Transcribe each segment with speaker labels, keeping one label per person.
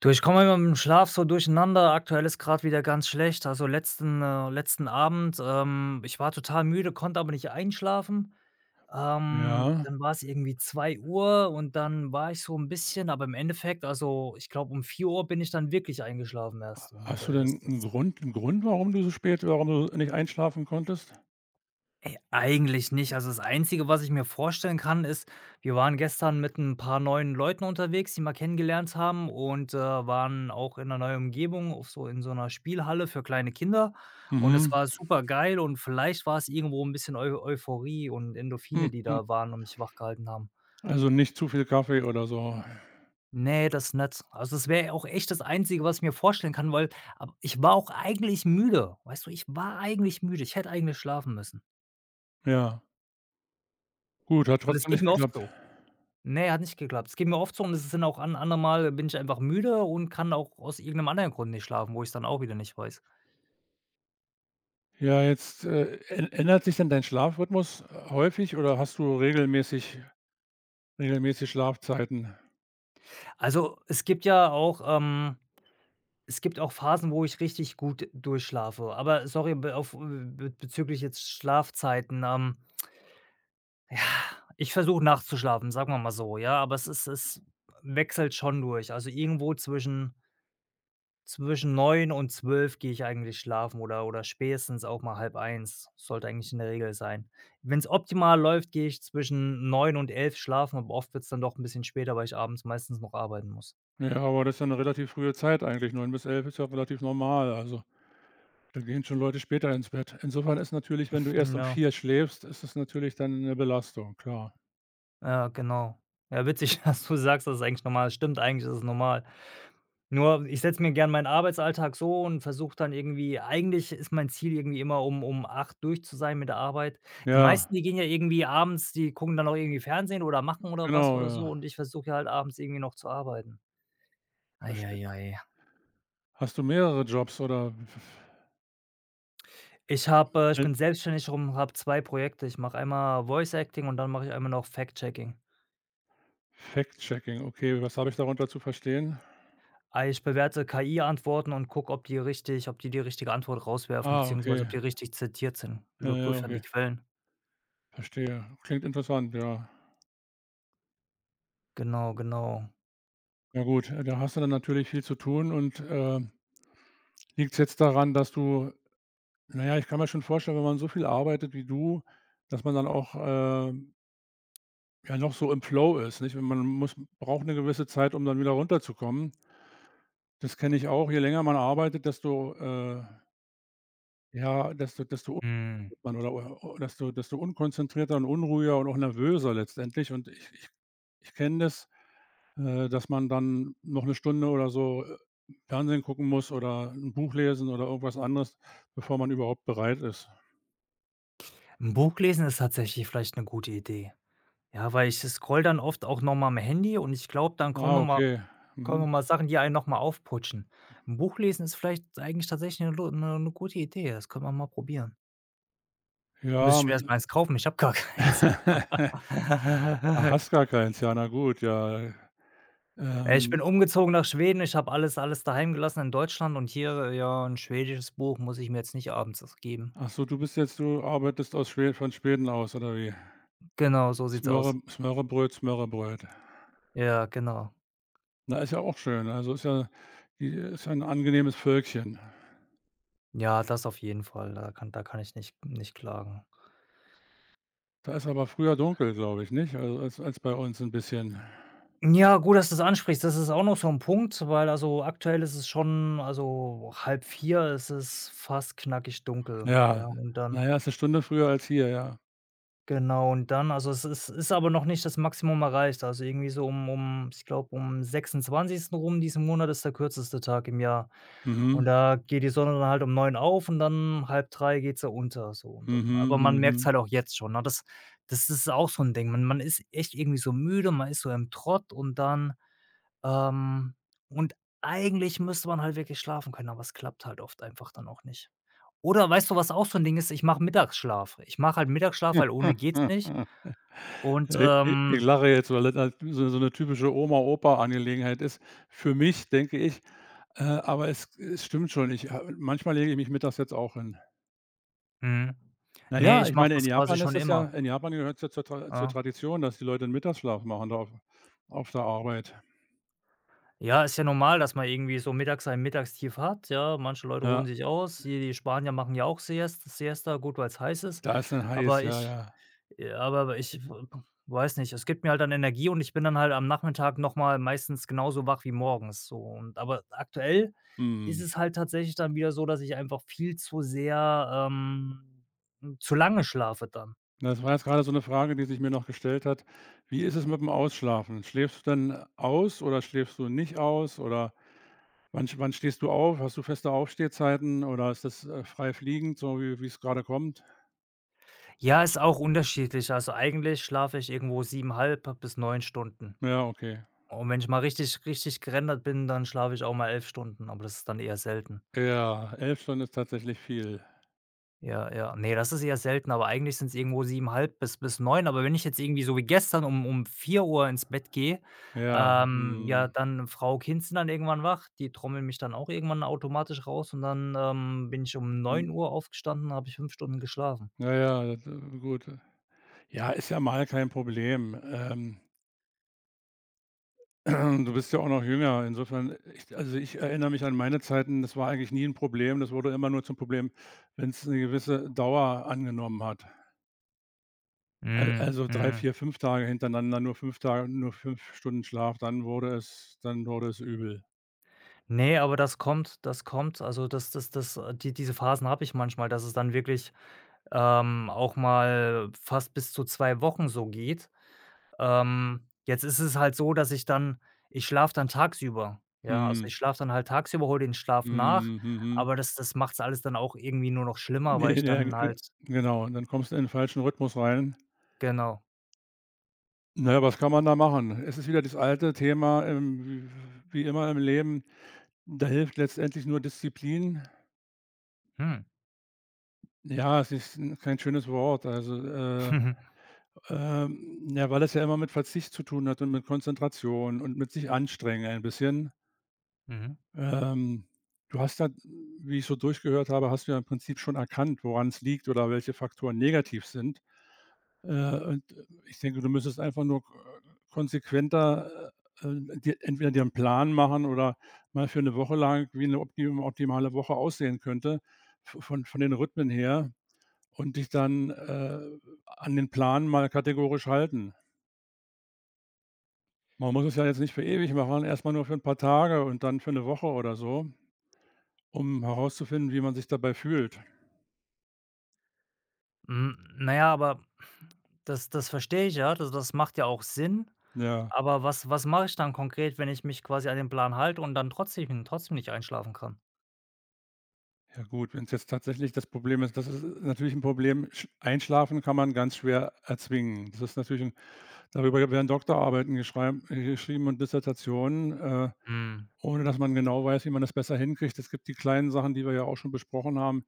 Speaker 1: Du, ich komme immer mit dem Schlaf so durcheinander. Aktuell ist gerade wieder ganz schlecht. Also, letzten Abend, ich war total müde, konnte aber nicht einschlafen.
Speaker 2: Ja.
Speaker 1: Dann war es irgendwie 2 Uhr, und dann war ich so ein bisschen, aber im Endeffekt, also, ich glaube, um 4 Uhr bin ich dann wirklich eingeschlafen erst. Und,
Speaker 2: Hast du
Speaker 1: das
Speaker 2: denn 'n
Speaker 1: das
Speaker 2: Grund, warum du so spät warum du nicht einschlafen konntest?
Speaker 1: Ey, eigentlich nicht. Also, das Einzige, was ich mir vorstellen kann, ist, wir waren gestern mit ein paar neuen Leuten unterwegs, die mal kennengelernt haben, und waren auch in einer neuen Umgebung, auf so, in so einer Spielhalle für kleine Kinder, und es
Speaker 2: Mhm.
Speaker 1: war supergeil. Und vielleicht war es irgendwo ein bisschen Eu Euphorie und Endorphine, die
Speaker 2: Mhm.
Speaker 1: da waren und mich wach gehalten haben.
Speaker 2: Also, nicht zu viel Kaffee oder so.
Speaker 1: Ne, das nicht. Also, das wäre auch echt das Einzige, was ich mir vorstellen kann, weil ab ich war auch eigentlich müde. Weißt du, ich war eigentlich müde. Ich hätte eigentlich schlafen müssen.
Speaker 2: Ja. Gut, hat
Speaker 1: Und es
Speaker 2: trotzdem
Speaker 1: geht
Speaker 2: nicht
Speaker 1: mir oft
Speaker 2: geklappt.
Speaker 1: so. Ne, hat nicht geklappt. Es geht mir oft so, und es sind auch an anderen Mal, bin ich einfach müde und kann auch aus irgendeinem anderen Grund nicht schlafen, wo ich's dann auch wieder nicht weiß.
Speaker 2: Ja, jetzt, ä ändert sich denn dein Schlafrhythmus häufig oder hast du regelmäßig Schlafzeiten?
Speaker 1: Also, es gibt ja auch, es gibt auch Phasen, wo ich richtig gut durchschlafe. Aber sorry, be auf be bezüglich jetzt Schlafzeiten, ja, ich versuche nachzuschlafen, sagen wir mal so, ja, aber es wechselt schon durch. Also, irgendwo zwischen, 9 und 12 gehe ich eigentlich schlafen, oder spätestens auch mal halb eins. Sollte eigentlich in der Regel sein. Wenn es optimal läuft, gehe ich zwischen 9 und 11 schlafen, aber oft wird's dann doch ein bisschen später, weil ich abends meistens noch arbeiten muss.
Speaker 2: Ja, aber das ist ja 'ne relativ frühe Zeit eigentlich. 9 bis 11 ist ja relativ normal. Also, da gehen schon Leute später ins Bett. Insofern ist natürlich, wenn du erst um
Speaker 1: Ja,
Speaker 2: 4 schläfst, ist das natürlich dann 'ne Belastung, klar.
Speaker 1: ja, genau. Ja, witzig, dass du sagst, das ist eigentlich normal. Stimmt, eigentlich ist es normal. Nur ich setze mir gern meinen Arbeitsalltag so und versuche dann irgendwie, eigentlich ist mein Ziel irgendwie immer, um acht durch zu sein mit der Arbeit. Die
Speaker 2: Ja,
Speaker 1: meisten, die gehen ja irgendwie abends, die gucken dann auch irgendwie Fernsehen oder machen oder was
Speaker 2: genau,
Speaker 1: oder so,
Speaker 2: ja.
Speaker 1: und ich versuche ja halt abends irgendwie noch zu arbeiten. Ei,
Speaker 2: Verstehe.
Speaker 1: ei, ei.
Speaker 2: Hast du mehrere Jobs oder
Speaker 1: Ich
Speaker 2: äh,
Speaker 1: bin selbstständig rum, habe 2 Projekte. Ich mache einmal Voice Acting, und dann mache ich einmal noch Fact Checking.
Speaker 2: Fact-Checking? Okay, was habe ich darunter zu verstehen?
Speaker 1: Ah, ich bewerte KI-Antworten und gucke, ob die richtige Antwort rauswerfen,
Speaker 2: Ah, okay.
Speaker 1: beziehungsweise ob die richtig zitiert sind.
Speaker 2: Ja, ja,
Speaker 1: Überprüfe dann die
Speaker 2: okay.
Speaker 1: Quellen.
Speaker 2: Verstehe. Klingt interessant, ja.
Speaker 1: Genau, genau.
Speaker 2: Ja gut, da hast du dann natürlich viel zu tun und, liegt es jetzt daran, dass du na ja, ich kann mir schon vorstellen, wenn man so viel arbeitet wie du, dass man dann auch, ja noch so im Flow ist, nicht? Wenn man muss braucht eine gewisse Zeit, um dann wieder runterzukommen. Das kenne ich auch. Je länger man arbeitet, desto, ja, desto
Speaker 1: Mhm.
Speaker 2: Man oder desto unkonzentrierter und unruhiger und auch nervöser letztendlich und ich kenne das, dass man dann noch 'ne Stunde oder so, Fernsehen gucken muss oder 'n Buch lesen oder irgendwas anderes, bevor man überhaupt bereit ist.
Speaker 1: 'N Buch lesen ist tatsächlich vielleicht 'ne gute Idee. Ja, weil ich scrolle dann oft auch noch mal am Handy, und ich glaube, dann
Speaker 2: Ah, okay.
Speaker 1: kommen noch
Speaker 2: Mhm.
Speaker 1: mal Sachen, die einen noch mal aufputschen. 'N Buch lesen ist vielleicht eigentlich tatsächlich 'ne lo 'ne 'ne gute Idee. Das könnte man mal probieren.
Speaker 2: Ja,
Speaker 1: Müsste ich mir erst
Speaker 2: man
Speaker 1: mal eins kaufen, ich habe gar keins.
Speaker 2: Ach, hast gar keins. Ja, na gut, ja.
Speaker 1: Ich bin
Speaker 2: Ähm,
Speaker 1: umgezogen nach Schweden, ich habe alles daheim gelassen in Deutschland, und hier, ja, 'n schwedisches Buch muss ich mir jetzt nicht abends das geben.
Speaker 2: ach so, du bist jetzt du arbeitest aus Schwe von Schweden aus oder wie?
Speaker 1: Genau, so sieht's aus.
Speaker 2: Smørrebrød, smørrebrød.
Speaker 1: Ja, genau.
Speaker 2: Na, ist ja auch schön. Also, ist ja 'n angenehmes Völkchen.
Speaker 1: Ja, das auf jeden Fall. Da kann ich nicht klagen.
Speaker 2: Da ist aber früher dunkel, glaube ich, nicht? Also, als bei uns ein bisschen.
Speaker 1: Ja, gut, dass du das ansprichst. Das ist auch noch so ein Punkt, weil, also, aktuell ist es schon, also halb vier, es ist fast knackig dunkel.
Speaker 2: Ja,
Speaker 1: Ja, und
Speaker 2: na
Speaker 1: dann
Speaker 2: ja, ist 'ne Stunde früher als hier, ja.
Speaker 1: genau, und dann, also, es ist aber noch nicht das Maximum erreicht. Also, irgendwie so um, ich glaube, um 26. rum, diesen Monat ist der kürzeste Tag im Jahr. Und
Speaker 2: Mhm,
Speaker 1: da geht die Sonne dann halt um 9 auf, und dann halb drei geht sie unter so, und dann,
Speaker 2: mhm,
Speaker 1: aber man merkt's
Speaker 2: mhm.
Speaker 1: halt auch jetzt schon, ne? Das ist auch so ein Ding. Man ist echt irgendwie so müde, man ist so im Trott, und dann ähm, und eigentlich müsste man halt wirklich schlafen können, aber es klappt halt oft einfach dann auch nicht. Oder weißt du, was auch so 'n Ding ist? Ich mache Mittagsschlaf. Ich mache halt Mittagsschlaf, weil ohne geht's nicht. Und,
Speaker 2: I ich
Speaker 1: ähm
Speaker 2: lache jetzt, weil das halt so 'ne typische Oma-Opa-Angelegenheit ist für mich, denke ich. Aber es es stimmt schon. Ich ha Manchmal lege ich mich mittags jetzt auch hin.
Speaker 1: mhm.
Speaker 2: Na
Speaker 1: Ne,
Speaker 2: ja,
Speaker 1: ich
Speaker 2: ich
Speaker 1: mache
Speaker 2: meine,
Speaker 1: das quasi schon immer.
Speaker 2: In Japan gehört's ja zur
Speaker 1: Ja.
Speaker 2: Tradition, dass die Leute 'n Mittagsschlaf machen da auf der Arbeit.
Speaker 1: Ja, ist ja normal, dass man irgendwie so mittags ein Mittagstief hat, ja. Manche Leute
Speaker 2: Ja,
Speaker 1: ruhen sich aus. Hier die Spanier machen ja auch Siesta, gut, weil's heiß ist,
Speaker 2: da ist dann heiß,
Speaker 1: aber
Speaker 2: ja,
Speaker 1: ich.
Speaker 2: ja.
Speaker 1: Ja, aber ich weiß nicht, es gibt mir halt dann Energie, und ich bin dann halt am Nachmittag noch mal meistens genauso wach wie morgens so, und aber aktuell ist
Speaker 2: Mhm.
Speaker 1: es halt tatsächlich dann wieder so, dass ich einfach viel zu sehr, zu lange schlafe dann.
Speaker 2: Das war jetzt grade so 'ne Frage, die sich mir noch gestellt hat. Wie ist es mit dem Ausschlafen? Schläfst du denn aus oder schläfst du nicht aus oder wann stehst du auf? Hast du feste Aufstehzeiten oder ist das, frei fliegend, so wie's grade kommt?
Speaker 1: Ja, ist auch unterschiedlich. Also, eigentlich schlafe ich irgendwo 7,5 bis 9 Stunden.
Speaker 2: Ja, okay.
Speaker 1: Und wenn ich mal richtig, richtig gerendert bin, dann schlafe ich auch mal 11 Stunden, aber das ist dann eher selten.
Speaker 2: Ja, 11 Stunden ist tatsächlich viel.
Speaker 1: Ja, ja. Ne, das ist eher selten, aber eigentlich sind es irgendwo siebenhalb bis 9. Aber wenn ich jetzt irgendwie so wie gestern um 4 Uhr ins Bett gehe,
Speaker 2: Ja,
Speaker 1: ja,
Speaker 2: mhm.
Speaker 1: dann Frau, Kind sind dann irgendwann wach. Die trommeln mich dann auch irgendwann automatisch raus, und dann, bin ich um
Speaker 2: Hm,
Speaker 1: 9 Uhr aufgestanden, habe ich 5 Stunden geschlafen.
Speaker 2: na ja, das, gut. Ja, ist ja mal kein Problem. Du bist ja auch noch jünger. Insofern, ich also, ich erinnere mich an meine Zeiten, das war eigentlich nie ein Problem. Das wurde immer nur zum Problem, wenn es eine gewisse Dauer angenommen hat. Al
Speaker 1: Mhm,
Speaker 2: also 3,
Speaker 1: mhm.
Speaker 2: 4, 5 Tage hintereinander, nur 5 Stunden Schlaf, dann wurde es übel.
Speaker 1: Ne, aber das kommt. Also, das das das die diese Phasen habe ich manchmal, dass es dann wirklich, auch mal fast bis zu 2 Wochen so geht. Jetzt ist es halt so, dass ich dann, ich schlafe dann tagsüber. Ja, also,
Speaker 2: Mhm.
Speaker 1: ich schlafe dann halt tagsüber, hole den Schlaf nach,
Speaker 2: Mhm. Mhm.
Speaker 1: aber das macht's alles dann auch irgendwie nur noch schlimmer, weil
Speaker 2: Ne,
Speaker 1: ich
Speaker 2: ja,
Speaker 1: dann
Speaker 2: g
Speaker 1: halt.
Speaker 2: genau. Und dann kommst du in den falschen Rhythmus rein.
Speaker 1: Genau.
Speaker 2: Na ja, was kann man da machen? Es ist wieder das alte Thema, w wie immer im Leben, da hilft letztendlich nur Disziplin.
Speaker 1: Hm.
Speaker 2: Ja, es ist 'n kein schönes Wort. Also, ja, weil es ja immer mit Verzicht zu tun hat und mit Konzentration und mit sich anstrengen ein bisschen.
Speaker 1: Mhm.
Speaker 2: Ähm, du hast da wie ich so durchgehört habe, hast du ja im Prinzip schon erkannt, woran's liegt oder welche Faktoren negativ sind. Und ich denke, du müsstest einfach nur k konsequenter, dir entweder dir 'n Plan machen oder mal für eine Woche lang, wie eine optimale Woche aussehen könnte v von den Rhythmen her und dich dann, an den Plan mal kategorisch halten. Man muss es ja jetzt nicht für ewig machen, erst mal nur für ein paar Tage und dann für eine Woche oder so, um herauszufinden, wie man sich dabei fühlt.
Speaker 1: Hm, na ja, aber das verstehe ich ja, das macht ja auch Sinn,
Speaker 2: Ja.
Speaker 1: aber was mache ich dann konkret, wenn ich mich quasi an den Plan halte und dann trotzdem nicht einschlafen kann?
Speaker 2: Ja gut, wenn es jetzt tatsächlich das Problem ist das ist natürlich ein Problem. Sch Einschlafen kann man ganz schwer erzwingen. Das ist natürlich 'n darüber werden Doktorarbeiten geschreiben geschrieben und Dissertationen,
Speaker 1: Hm,
Speaker 2: ohne dass man genau weiß, wie man das besser hinkriegt. Es gibt die kleinen Sachen, die wir ja auch schon besprochen haben.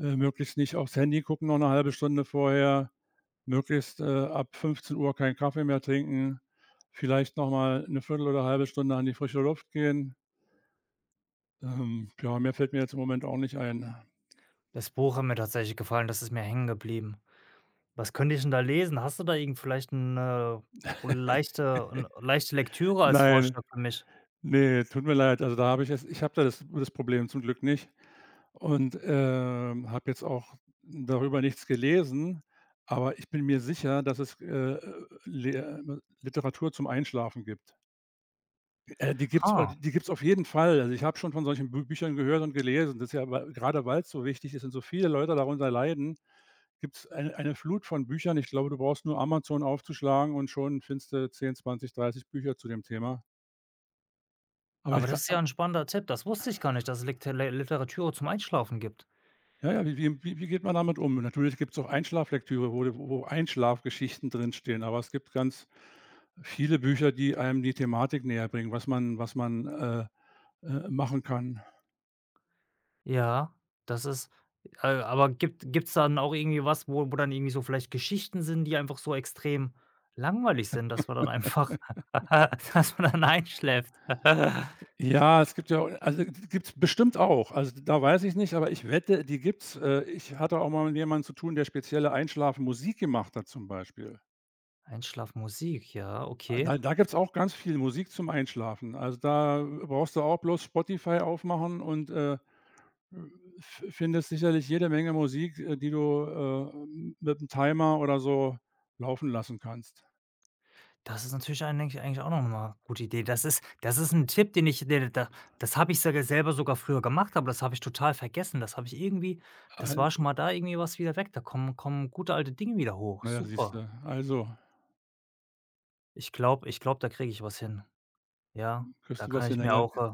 Speaker 2: Möglichst nicht aufs Handy gucken noch eine halbe Stunde vorher, möglichst, ab 15 Uhr keinen Kaffee mehr trinken, vielleicht noch mal 'ne Viertel oder halbe Stunde an die frische Luft gehen. Ja, mehr fällt mir jetzt im Moment auch nicht ein.
Speaker 1: das Buch hat mir tatsächlich gefallen, das ist mir hängen geblieben. Was könnte ich denn da lesen? Hast du da irgend vielleicht 'ne leichte 'n leichte Lektüre als
Speaker 2: Nein.
Speaker 1: Vorschlag für mich?
Speaker 2: Ne, tut mir leid. Also, da habe ich jetzt ich habe da das Problem zum Glück nicht und, habe jetzt auch darüber nichts gelesen, aber ich bin mir sicher, dass es, Lehr Literatur zum Einschlafen gibt.
Speaker 1: Ha,
Speaker 2: Die gibt's auf jeden Fall. Also, ich habe schon von solchen Bü Büchern gehört und gelesen. Das ist ja weil grade weil's so wichtig ist und so viele Leute darunter leiden, gibt's eine Flut von Büchern. Ich glaube, du brauchst nur Amazon aufzuschlagen und schon findest du 10, 20, 30 Bücher zu dem Thema. Aber ich
Speaker 1: aber
Speaker 2: ka
Speaker 1: das ist ja 'n spannender Tipp. Das wusste ich gar nicht, dass es Lekte Le Literatur zum Einschlafen gibt.
Speaker 2: Ja, ja, wie geht man damit um? Und natürlich gibt's auch Einschlaflektüre, wo Einschlafgeschichten drinstehen, aber es gibt ganz viele Bücher, die einem die Thematik näherbringen, was man, machen kann.
Speaker 1: Ja, das ist, aber gibt's dann auch irgendwie was, wo dann irgendwie so vielleicht Geschichten sind, die einfach so extrem langweilig sind, dass man dann einfach dass man dann einschläft?
Speaker 2: Ja, es gibt ja also, gibt's bestimmt auch. Also, da weiß ich nicht, aber ich wette, die gibt's. Ich hatte auch mal mit jemandem zu tun, der spezielle Einschlafmusik gemacht hat zum Beispiel.
Speaker 1: Einschlafmusik, ja, okay.
Speaker 2: Da gibt's auch ganz viel Musik zum Einschlafen. Also, da brauchst du auch bloß Spotify aufmachen und, F findest sicherlich jede Menge Musik, die du, mit'm Timer oder so laufen lassen kannst.
Speaker 1: Das ist natürlich eigentlich auch noch mal eine gute Idee. Das ist ein Tipp, den ich de da das habe ich sogar selber, sogar früher gemacht, aber das habe ich total vergessen. Das habe ich irgendwie, das
Speaker 2: Al
Speaker 1: war schon mal da, irgendwie was wieder weg. Da kommen gute alte Dinge wieder hoch.
Speaker 2: na ja, siehst du,
Speaker 1: Super.
Speaker 2: also
Speaker 1: Ich glaube, da kriege ich was hin. Ja,
Speaker 2: kriegst
Speaker 1: da
Speaker 2: du
Speaker 1: kann
Speaker 2: was in
Speaker 1: ich
Speaker 2: der?
Speaker 1: mir
Speaker 2: Ja,
Speaker 1: auch, äh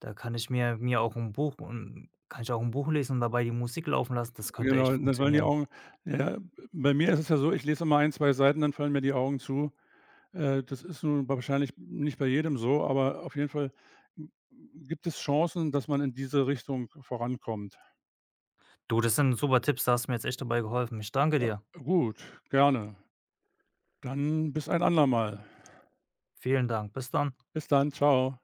Speaker 1: Da kann ich mir auch ein Buch, und kann ich auch ein Buch lesen und dabei die Musik laufen lassen. Das könnte echt
Speaker 2: genau, dann fallen die
Speaker 1: funktionieren.
Speaker 2: Augen ja, bei mir ist es ja so, ich lese immer ein, 2 Seiten, dann fallen mir die Augen zu. Das ist nun wahrscheinlich nicht bei jedem so, aber auf jeden Fall gibt es Chancen, dass man in diese Richtung vorankommt.
Speaker 1: Du, das sind super Tipps, da hast du mir jetzt echt dabei geholfen. Ich danke
Speaker 2: Ja,
Speaker 1: dir.
Speaker 2: gut, gerne. Dann bis ein andermal.
Speaker 1: Vielen Dank. Bis dann.
Speaker 2: Bis dann, ciao.